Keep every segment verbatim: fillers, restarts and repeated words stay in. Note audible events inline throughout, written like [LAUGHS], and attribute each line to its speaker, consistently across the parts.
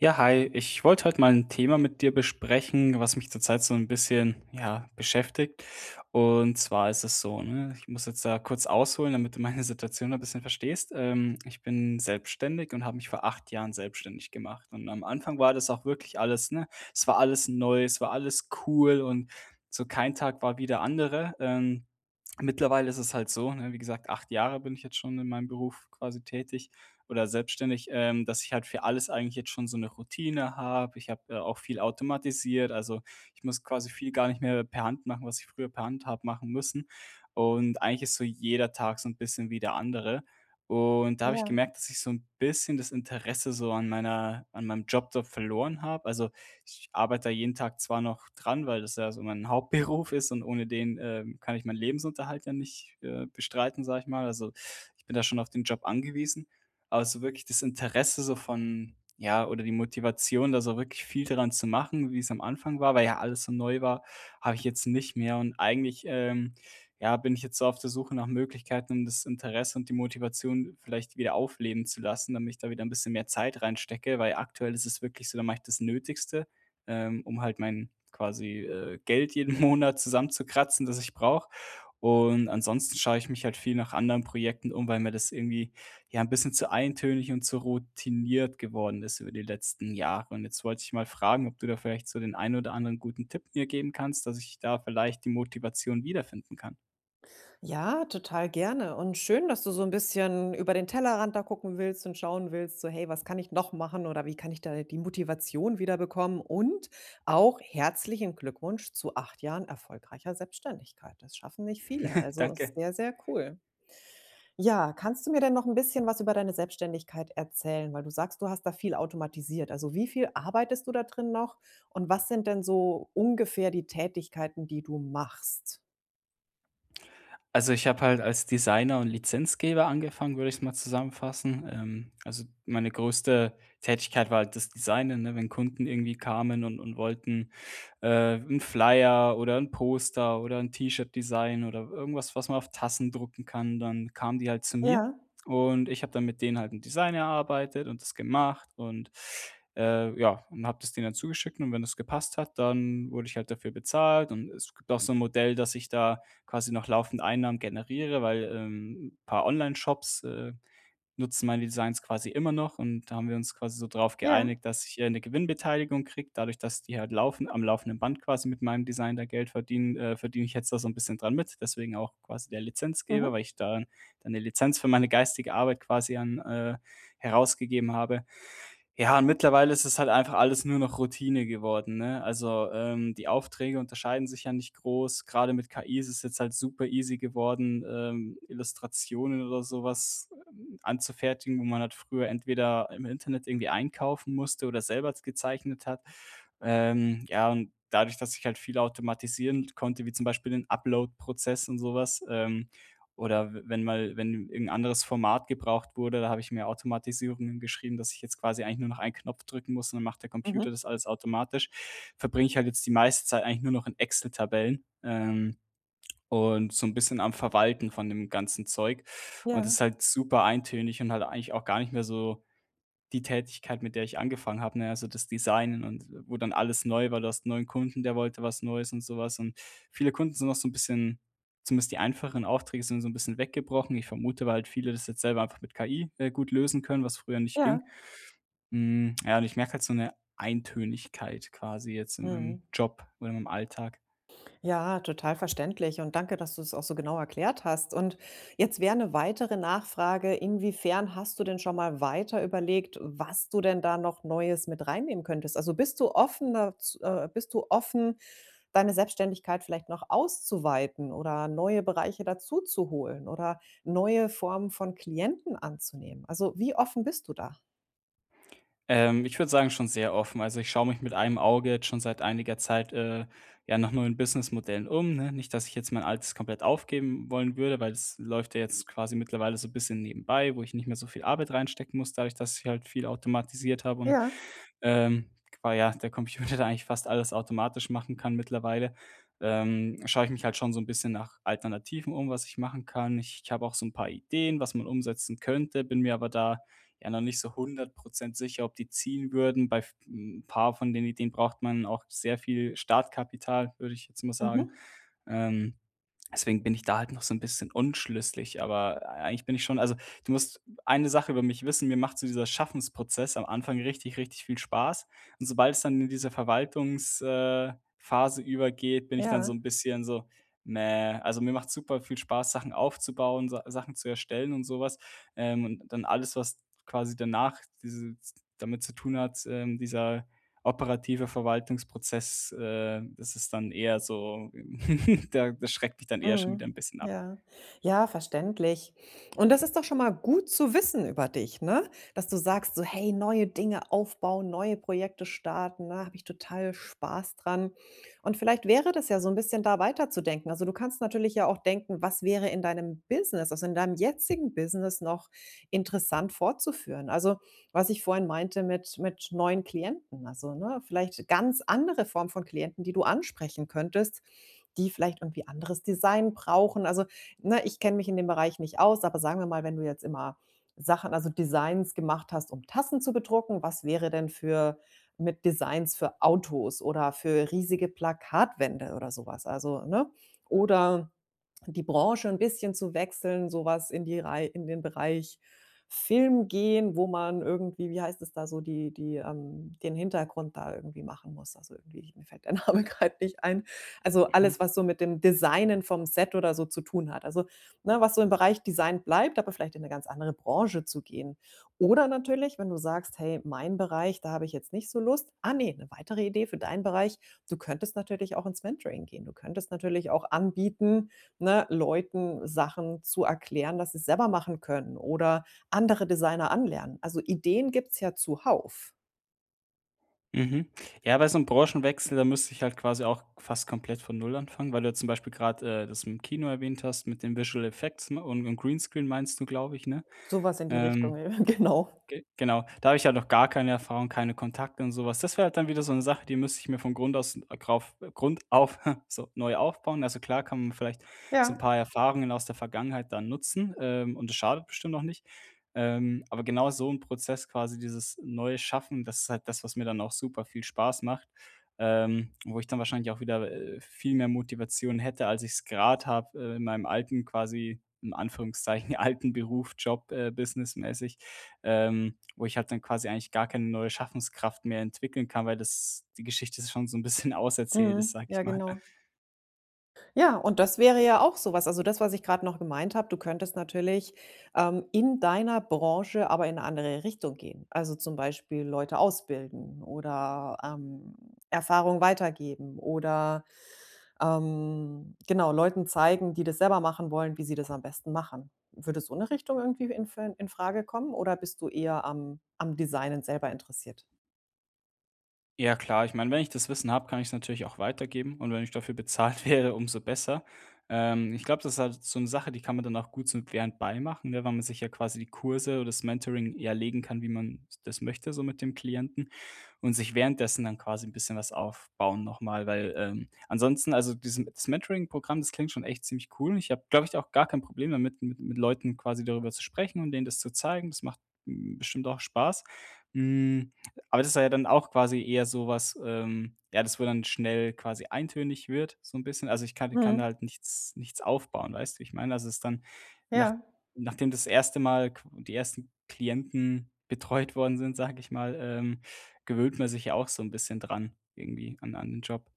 Speaker 1: Ja, hi. Ich wollte heute mal ein Thema mit dir besprechen, was mich zurzeit so ein bisschen, ja, beschäftigt. Und zwar ist es so, ne, ich muss jetzt da kurz ausholen, damit du meine [LAUGHS] Situation ein bisschen verstehst. Ähm, ich bin selbstständig und habe mich vor acht Jahren selbstständig gemacht. Und am Anfang war das auch wirklich alles, ne, es war alles neu, es war alles cool und so kein Tag war wie der andere. Ähm, mittlerweile ist es halt so, ne, wie gesagt, acht Jahre bin ich jetzt schon in meinem Beruf quasi tätig oder selbstständig, ähm, dass ich halt für alles eigentlich jetzt schon so eine Routine habe. Ich habe, äh, auch viel automatisiert, also, ich muss quasi viel gar nicht mehr per Hand machen, was ich früher per Hand habe machen müssen. Und eigentlich ist so jeder Tag so ein bisschen wie der andere. Und da habe ich
Speaker 2: Ja.
Speaker 1: gemerkt, dass ich so ein bisschen das Interesse so an meiner an meinem Job da verloren habe. Also, ich arbeite da jeden Tag zwar noch dran, weil das ja so mein [LAUGHS] Hauptberuf ist und ohne den, ähm, kann ich meinen Lebensunterhalt ja nicht, äh, bestreiten, sage ich mal. Also, ich bin da schon auf den Job angewiesen. Aber so wirklich das Interesse so von ja, oder die Motivation, da so wirklich viel dran zu machen, wie es am Anfang war, weil ja alles so neu war, habe ich jetzt nicht mehr. Und eigentlich, ähm, ja, bin ich jetzt so auf der Suche nach Möglichkeiten, um das Interesse und die Motivation vielleicht wieder aufleben zu lassen, damit ich da wieder ein bisschen mehr Zeit reinstecke, weil aktuell ist es wirklich so, da mache ich das Nötigste, ähm, um halt mein quasi, äh, Geld jeden [LAUGHS] Monat zusammenzukratzen, das ich brauche. Und ansonsten schaue ich mich halt viel nach anderen Projekten um, weil mir das irgendwie ja, ein bisschen zu eintönig und zu routiniert geworden ist über die letzten Jahre. Und jetzt wollte ich mal fragen, ob du da vielleicht so den einen oder anderen guten Tipp mir geben kannst, dass ich da vielleicht die Motivation wiederfinden kann.
Speaker 2: Ja, total gerne und schön, dass du so ein bisschen über den Tellerrand da gucken willst und schauen willst, so: „Hey, was kann ich noch machen oder wie kann ich da die Motivation wiederbekommen?“ Und auch herzlichen Glückwunsch zu acht Jahren erfolgreicher Selbstständigkeit. Das schaffen nicht viele,
Speaker 1: [LAUGHS]
Speaker 2: also ist
Speaker 1: Danke.
Speaker 2: sehr, sehr cool. Ja, kannst du mir denn noch ein bisschen was über deine Selbstständigkeit erzählen? Weil du sagst, du hast da viel automatisiert. Also, wie viel arbeitest du da drin noch und was sind denn so ungefähr die Tätigkeiten, die du machst?
Speaker 1: Also, ich habe halt als Designer und Lizenzgeber angefangen, würde ich's mal zusammenfassen. Ähm, also, meine größte Tätigkeit war halt das Designen, ne? Wenn Kunden irgendwie kamen und und wollten äh, 'n Flyer oder ein Poster oder ein T-Shirt-Design oder irgendwas, was man auf Tassen drucken kann. Dann kamen die halt zu mir
Speaker 2: Ja,
Speaker 1: und ich habe dann mit denen halt ein Design erarbeitet und das gemacht und, äh, ja, und habe das denen dann zugeschickt und wenn das gepasst hat, dann wurde ich halt dafür bezahlt und es gibt auch so ein Modell, dass ich da quasi noch laufend Einnahmen generiere, weil, ähm, ein paar Onlineshops, äh, nutzen meine Designs quasi immer noch und da haben wir uns quasi so drauf
Speaker 2: ja.
Speaker 1: geeinigt, dass ich, äh, 'ne Gewinnbeteiligung kriege. Dadurch, dass die halt laufen am laufenden Band quasi mit meinem Design da Geld verdienen, äh, verdiene ich jetzt da so ein bisschen dran mit. Deswegen auch quasi der Lizenzgeber,
Speaker 2: Mhm.
Speaker 1: weil ich da dann eine Lizenz für meine geistige Arbeit quasi an äh, herausgegeben habe. Ja, und mittlerweile ist es halt einfach alles nur noch Routine geworden, ne? Also, ähm, die Aufträge unterscheiden sich ja nicht groß. Gerade mit K I ist es jetzt halt super easy geworden, ähm, Illustrationen oder sowas ähm, anzufertigen, wo man halt früher entweder im Internet irgendwie einkaufen musste oder selber gezeichnet hat. Ähm, ja, und dadurch, dass ich halt viel automatisieren konnte, wie zum Beispiel den Upload-Prozess und sowas. ähm, oder w wenn mal wenn irgendein anderes Format gebraucht wurde, da habe ich mir Automatisierungen geschrieben, dass ich jetzt quasi eigentlich nur noch einen Knopf drücken muss und dann macht der Computer
Speaker 2: Mhm.
Speaker 1: das alles automatisch. Verbringe ich halt jetzt die meiste Zeit eigentlich nur noch in Excel-Tabellen, ähm, und so ein bisschen am Verwalten von dem ganzen Zeug. Und das
Speaker 2: Ja,
Speaker 1: ist halt super eintönig und halt eigentlich auch gar nicht mehr so die Tätigkeit, mit der ich angefangen habe, ne, also das Designen und äh, wo dann alles neu war. Du hast 'n neuen Kunden, der wollte was Neues und sowas. Und viele Kunden sind noch so ein bisschen, zumindest die einfacheren Aufträge sind so ein bisschen weggebrochen. Ich vermute, weil halt viele das jetzt selber einfach mit K I, äh, gut lösen können, was früher nicht ging.
Speaker 2: ja.
Speaker 1: Hm, ja, und ich merke halt so eine Eintönigkeit quasi jetzt in meinem
Speaker 2: Mhm.
Speaker 1: Job oder in meinem Alltag.
Speaker 2: Ja, total verständlich und danke, dass du es auch so genau erklärt hast. Und jetzt wäre eine weitere Nachfrage: Inwiefern hast du denn schon mal weiter überlegt, was du denn da noch Neues mit reinnehmen könntest? Also, bist du offen daz äh, bist du offen, deine Selbstständigkeit vielleicht noch auszuweiten oder neue Bereiche dazuzuholen oder neue Formen von Klienten anzunehmen? Also, wie offen bist du da?
Speaker 1: Ähm, ich würde sagen, schon sehr offen. Also, ich schaue mich mit einem Auge jetzt schon seit einiger Zeit, äh, ja, nach neuen Businessmodellen um, ne? Nicht, dass ich jetzt mein altes komplett aufgeben wollen würde, weil es läuft ja jetzt quasi mittlerweile so ein bisschen nebenbei, wo ich nicht mehr so viel Arbeit reinstecken muss, dadurch, dass ich halt viel automatisiert habe und
Speaker 2: Ja.
Speaker 1: ähm, weil ja der Computer [LAUGHS] da eigentlich fast alles automatisch machen kann mittlerweile, ähm, schaue ich mich halt schon so ein bisschen nach Alternativen um, was ich machen kann. Ich ich habe auch so ein paar Ideen, was man umsetzen könnte, bin mir aber da ja noch nicht so hundert Prozent sicher, ob die ziehen würden. Bei v 'n paar von den Ideen braucht man auch sehr viel Startkapital, würde ich jetzt mal sagen.
Speaker 2: Mhm.
Speaker 1: Ähm, deswegen bin ich da halt noch so ein bisschen unschlüssig, aber eigentlich bin ich schon, also, du musst eine Sache über mich wissen, mir macht so dieser Schaffensprozess am Anfang richtig, richtig viel Spaß. Und sobald es dann in diese Verwaltungsphase äh, Phase übergeht, bin ich dann so
Speaker 2: Ja.
Speaker 1: ein bisschen so: „Mäh.“ Also, mir macht super viel Spaß, Sachen aufzubauen, Sa Sachen zu erstellen und sowas. Ähm, und dann alles, was quasi danach diese damit zu tun hat, ähm, dieser operative Verwaltungsprozess, äh, das ist dann eher so [LAUGHS] der das schreckt mich dann eher schon wieder
Speaker 2: Mhm.
Speaker 1: ein bisschen ab.
Speaker 2: Ja. Ja, verständlich. Und das ist doch schon mal gut zu wissen über dich, ne? Dass du sagst so: „Hey, neue Dinge aufbauen, neue Projekte starten, ne, habe ich total Spaß dran.“ Und vielleicht wäre das ja so ein bisschen da weiterzudenken. Also, du kannst natürlich ja auch denken, was wäre in deinem Business, also, in deinem jetzigen Business noch interessant fortzuführen. Also, was ich vorhin meinte mit mit neuen Klienten, also, ne, vielleicht ganz andere Form von Klienten, die du ansprechen könntest, die vielleicht irgendwie anderes Design brauchen. Also, ne, ich kenne mich in dem Bereich nicht aus, aber sagen wir mal, wenn du jetzt immer Sachen, also Designs gemacht hast, um Tassen zu bedrucken, was wäre denn für mit Designs für Autos oder für riesige Plakatwände oder sowas? Also, ne? Oder die Branche ein bisschen zu wechseln, sowas in die Rei in den Bereich Film gehen, wo man irgendwie, wie heißt es da so, die die, ähm den Hintergrund da irgendwie machen muss. Also, irgendwie [LAUGHS] mir fällt der Name [LAUGHS] grad nicht ein. Also,
Speaker 1: Mhm.
Speaker 2: alles, was so mit dem Designen vom Set oder so zu tun hat. Also, ne, was so im Bereich Design bleibt, aber vielleicht in 'ne ganz andere Branche zu gehen. Oder natürlich, wenn du sagst: „Hey, mein Bereich, da habe ich jetzt nicht so Lust.“ Ah ne, 'ne weitere Idee für deinen Bereich: Du könntest natürlich auch ins Mentoring gehen. Du könntest natürlich auch anbieten, ne, Leuten Sachen zu erklären, dass sie's selber machen können oder andere Designer anlernen. Also, Ideen gibt's ja zuhauf.
Speaker 1: Mhm. Ja, bei so einem Branchenwechsel, da müsste ich halt quasi auch fast komplett von Null anfangen, weil du ja zum Beispiel gerade äh, das im Kino erwähnt hast mit den Visual Effects, ne, und und Greenscreen meinst du, glaube ich, ne?
Speaker 2: So was in die Richtung,
Speaker 1: Ähm
Speaker 2: [LAUGHS] genau.
Speaker 1: Ge genau. Da habe ich halt noch gar keine Erfahrung, keine Kontakte und so was. Das wäre halt dann wieder so 'ne Sache, die müsste ich mir von Grund aus grauf Grund auf [LAUGHS] so neu aufbauen. Also, klar kann man vielleicht so 'n
Speaker 2: Ja,
Speaker 1: paar Erfahrungen aus der Vergangenheit dann nutzen, ähm, und das schadet bestimmt auch nicht. Ähm, aber genau so 'n Prozess quasi, dieses neue Schaffen, das ist halt das, was mir dann auch super viel Spaß macht, ähm, wo ich dann wahrscheinlich auch wieder, äh, viel mehr Motivation hätte, als ich's grad habe, äh, in meinem alten quasi in Anführungszeichen [LAUGHS] alten Beruf, Job, äh, businessmäßig ähm, wo ich halt dann quasi eigentlich gar keine neue Schaffenskraft mehr entwickeln kann, weil das die Geschichte schon so ein bisschen [LAUGHS] auserzählt ist,
Speaker 2: mhm,
Speaker 1: sag ich
Speaker 2: ja,
Speaker 1: mal.
Speaker 2: genau. Ja, und das wäre ja auch sowas. Also, das, was ich gerade noch gemeint habe, du könntest natürlich, ähm, in deiner Branche aber in eine andere Richtung gehen. Also, zum Beispiel Leute ausbilden oder, ähm, Erfahrung weitergeben oder ähm, genau, Leuten zeigen, die das selber machen wollen, wie sie das am besten machen. Würde so eine Richtung irgendwie in Fra- in Frage kommen oder bist du eher am am Designen selber interessiert?
Speaker 1: Ja klar, ich meine, wenn ich das Wissen habe, kann ich es natürlich auch weitergeben und wenn ich dafür bezahlt [LAUGHS] werde, umso besser. Ähm, ich glaube, das ist halt so eine Sache, die kann man dann auch gut so während beimachen, ne, weil man sich ja quasi die Kurse oder das Mentoring ja legen kann, wie man das möchte, so mit dem Klienten. Und sich währenddessen dann quasi ein bisschen was aufbauen nochmal, weil, ähm, ansonsten, also diesem das Mentoring-Programm, das klingt schon echt ziemlich cool. Ich habe, glaube ich, auch gar kein Problem damit, mit mit Leuten quasi darüber zu sprechen und denen das zu zeigen. Das macht, hm, bestimmt auch Spaß. Hm, aber das ist ja dann auch quasi eher so was, ähm ja, das wo dann schnell quasi eintönig wird, so ein bisschen. Also, ich kann ich kann da
Speaker 2: Mhm,
Speaker 1: halt nichts nichts aufbauen, weißt du, wie ich meine? Also, es ist dann nach
Speaker 2: ja.
Speaker 1: nachdem das erste Mal qu die ersten Klienten betreut worden sind, sage ich mal, ähm, gewöhnt man sich ja auch so 'n bisschen dran irgendwie an an den Job.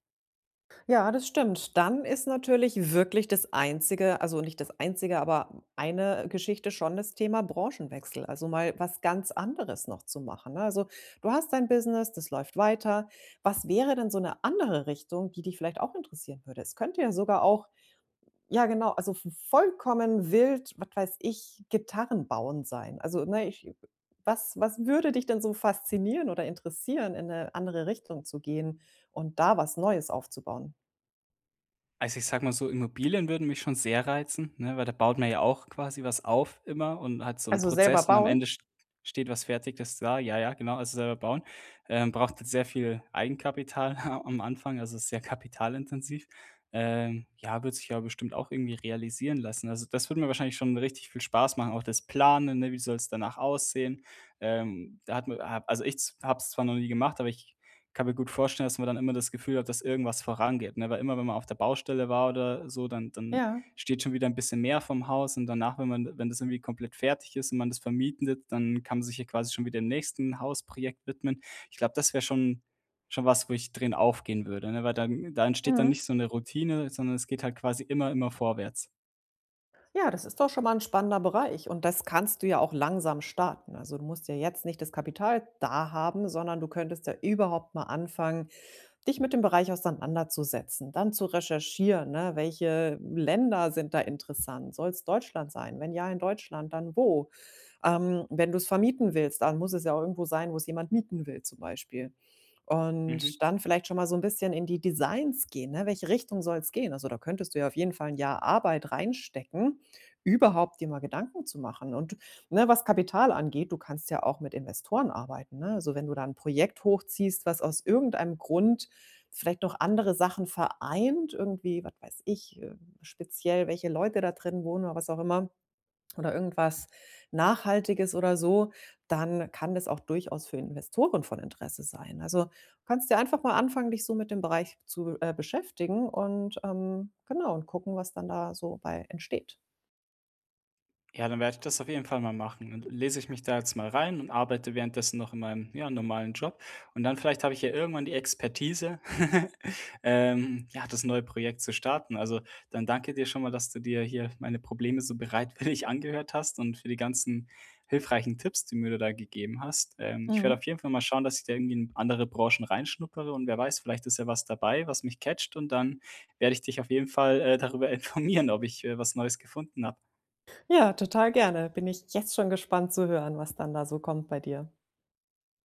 Speaker 2: Ja, das stimmt. Dann ist natürlich wirklich das einzige, also nicht das einzige, aber eine Geschichte schon das Thema Branchenwechsel, also mal was ganz anderes noch zu machen, ne? Also, du hast dein Business, das läuft weiter. Was wäre denn so eine andere Richtung, die dich vielleicht auch interessieren würde? Es könnte ja sogar auch ja genau, also v vollkommen wild, was weiß ich, Gitarren bauen sein. Also, ne, ich was was würde dich denn so faszinieren oder interessieren, in eine andere Richtung zu gehen und da was Neues aufzubauen?
Speaker 1: Also, ich sage mal so, Immobilien würden mich schon sehr reizen, ne, weil da baut man ja auch quasi was auf immer und hat so 'n
Speaker 2: Also, selber
Speaker 1: Prozess und am Ende
Speaker 2: bauen?
Speaker 1: st steht was Fertiges da. Ja, ja, genau, also selber bauen. Ähm, braucht halt sehr viel Eigenkapital [LAUGHS] am Anfang, also ist sehr kapitalintensiv. Ähm, ja, wird sich ja bestimmt auch irgendwie realisieren lassen. Also, das würde mir wahrscheinlich schon richtig viel Spaß machen, auch das Planen, ne? Wie soll's danach aussehen? Ähm, da hat man ha also ich z habe es zwar noch nie gemacht, aber ich kann mir gut vorstellen, dass man dann immer das Gefühl hat, dass irgendwas vorangeht, ne? Weil immer, wenn man auf der Baustelle war oder so, dann dann
Speaker 2: Ja.
Speaker 1: steht schon wieder ein bisschen mehr vom Haus und danach, wenn man wenn das irgendwie komplett fertig ist und man das vermietet, dann kann man sich ja quasi schon wieder dem nächsten Hausprojekt widmen. Ich glaube, das wäre schon schon was, wo ich drin aufgehen würde, ne? Weil dann da entsteht dann
Speaker 2: Mhm.
Speaker 1: nicht so eine Routine, sondern es geht halt quasi immer, immer vorwärts.
Speaker 2: Ja, das ist doch schon mal 'n spannender Bereich und das kannst du ja auch langsam starten. Also, du musst ja jetzt nicht das Kapital da haben, sondern du könntest ja überhaupt mal anfangen, dich mit dem Bereich auseinanderzusetzen, dann zu recherchieren, ne? Welche Länder sind da interessant? Soll's Deutschland sein? Wenn ja, in Deutschland, dann wo? Ähm, wenn du es vermieten willst, dann muss es ja auch irgendwo sein, wo es jemand mieten will zum Beispiel.
Speaker 1: Mhm.
Speaker 2: Und dann vielleicht schon mal so ein bisschen in die Designs gehen, ne? Welche Richtung soll es gehen? Also, da könntest du ja auf jeden Fall ein Jahr Arbeit reinstecken, überhaupt dir mal Gedanken zu machen. Und, ne, was Kapital angeht, du kannst ja auch mit Investoren arbeiten, ne? Also, wenn du da ein Projekt hochziehst, was aus irgendeinem Grund vielleicht noch andere Sachen vereint, irgendwie, was weiß ich, äh, speziell welche Leute da drin wohnen oder was auch immer oder irgendwas Nachhaltiges oder so, dann kann das auch durchaus für Investoren von Interesse sein. Also, kannst dir einfach mal anfangen, dich so mit dem Bereich zu, äh, beschäftigen und, ähm, genau, und gucken, was dann da so bei entsteht.
Speaker 1: Ja, dann werde ich das auf jeden Fall mal machen. Dann lese ich mich da jetzt mal rein und arbeite währenddessen noch in meinem, ja, normalen Job. Und dann vielleicht habe ich ja irgendwann die Expertise, [LAUGHS] ähm, ja, das neue Projekt zu starten. Also dann danke dir schon mal, dass du dir hier meine Probleme so bereitwillig [LAUGHS] angehört hast und für die ganzen hilfreichen Tipps, die mir du da gegeben hast. Ähm, ich werde
Speaker 2: Mhm.
Speaker 1: auf jeden Fall mal schauen, dass ich da irgendwie in andere Branchen reinschnuppere und wer weiß, vielleicht ist ja was dabei, was mich catcht und dann werde ich dich auf jeden Fall äh, darüber [LAUGHS] informieren, ob ich äh, was Neues gefunden habe.
Speaker 2: Ja, total gerne. Bin ich jetzt schon gespannt zu hören, was dann da so kommt bei dir.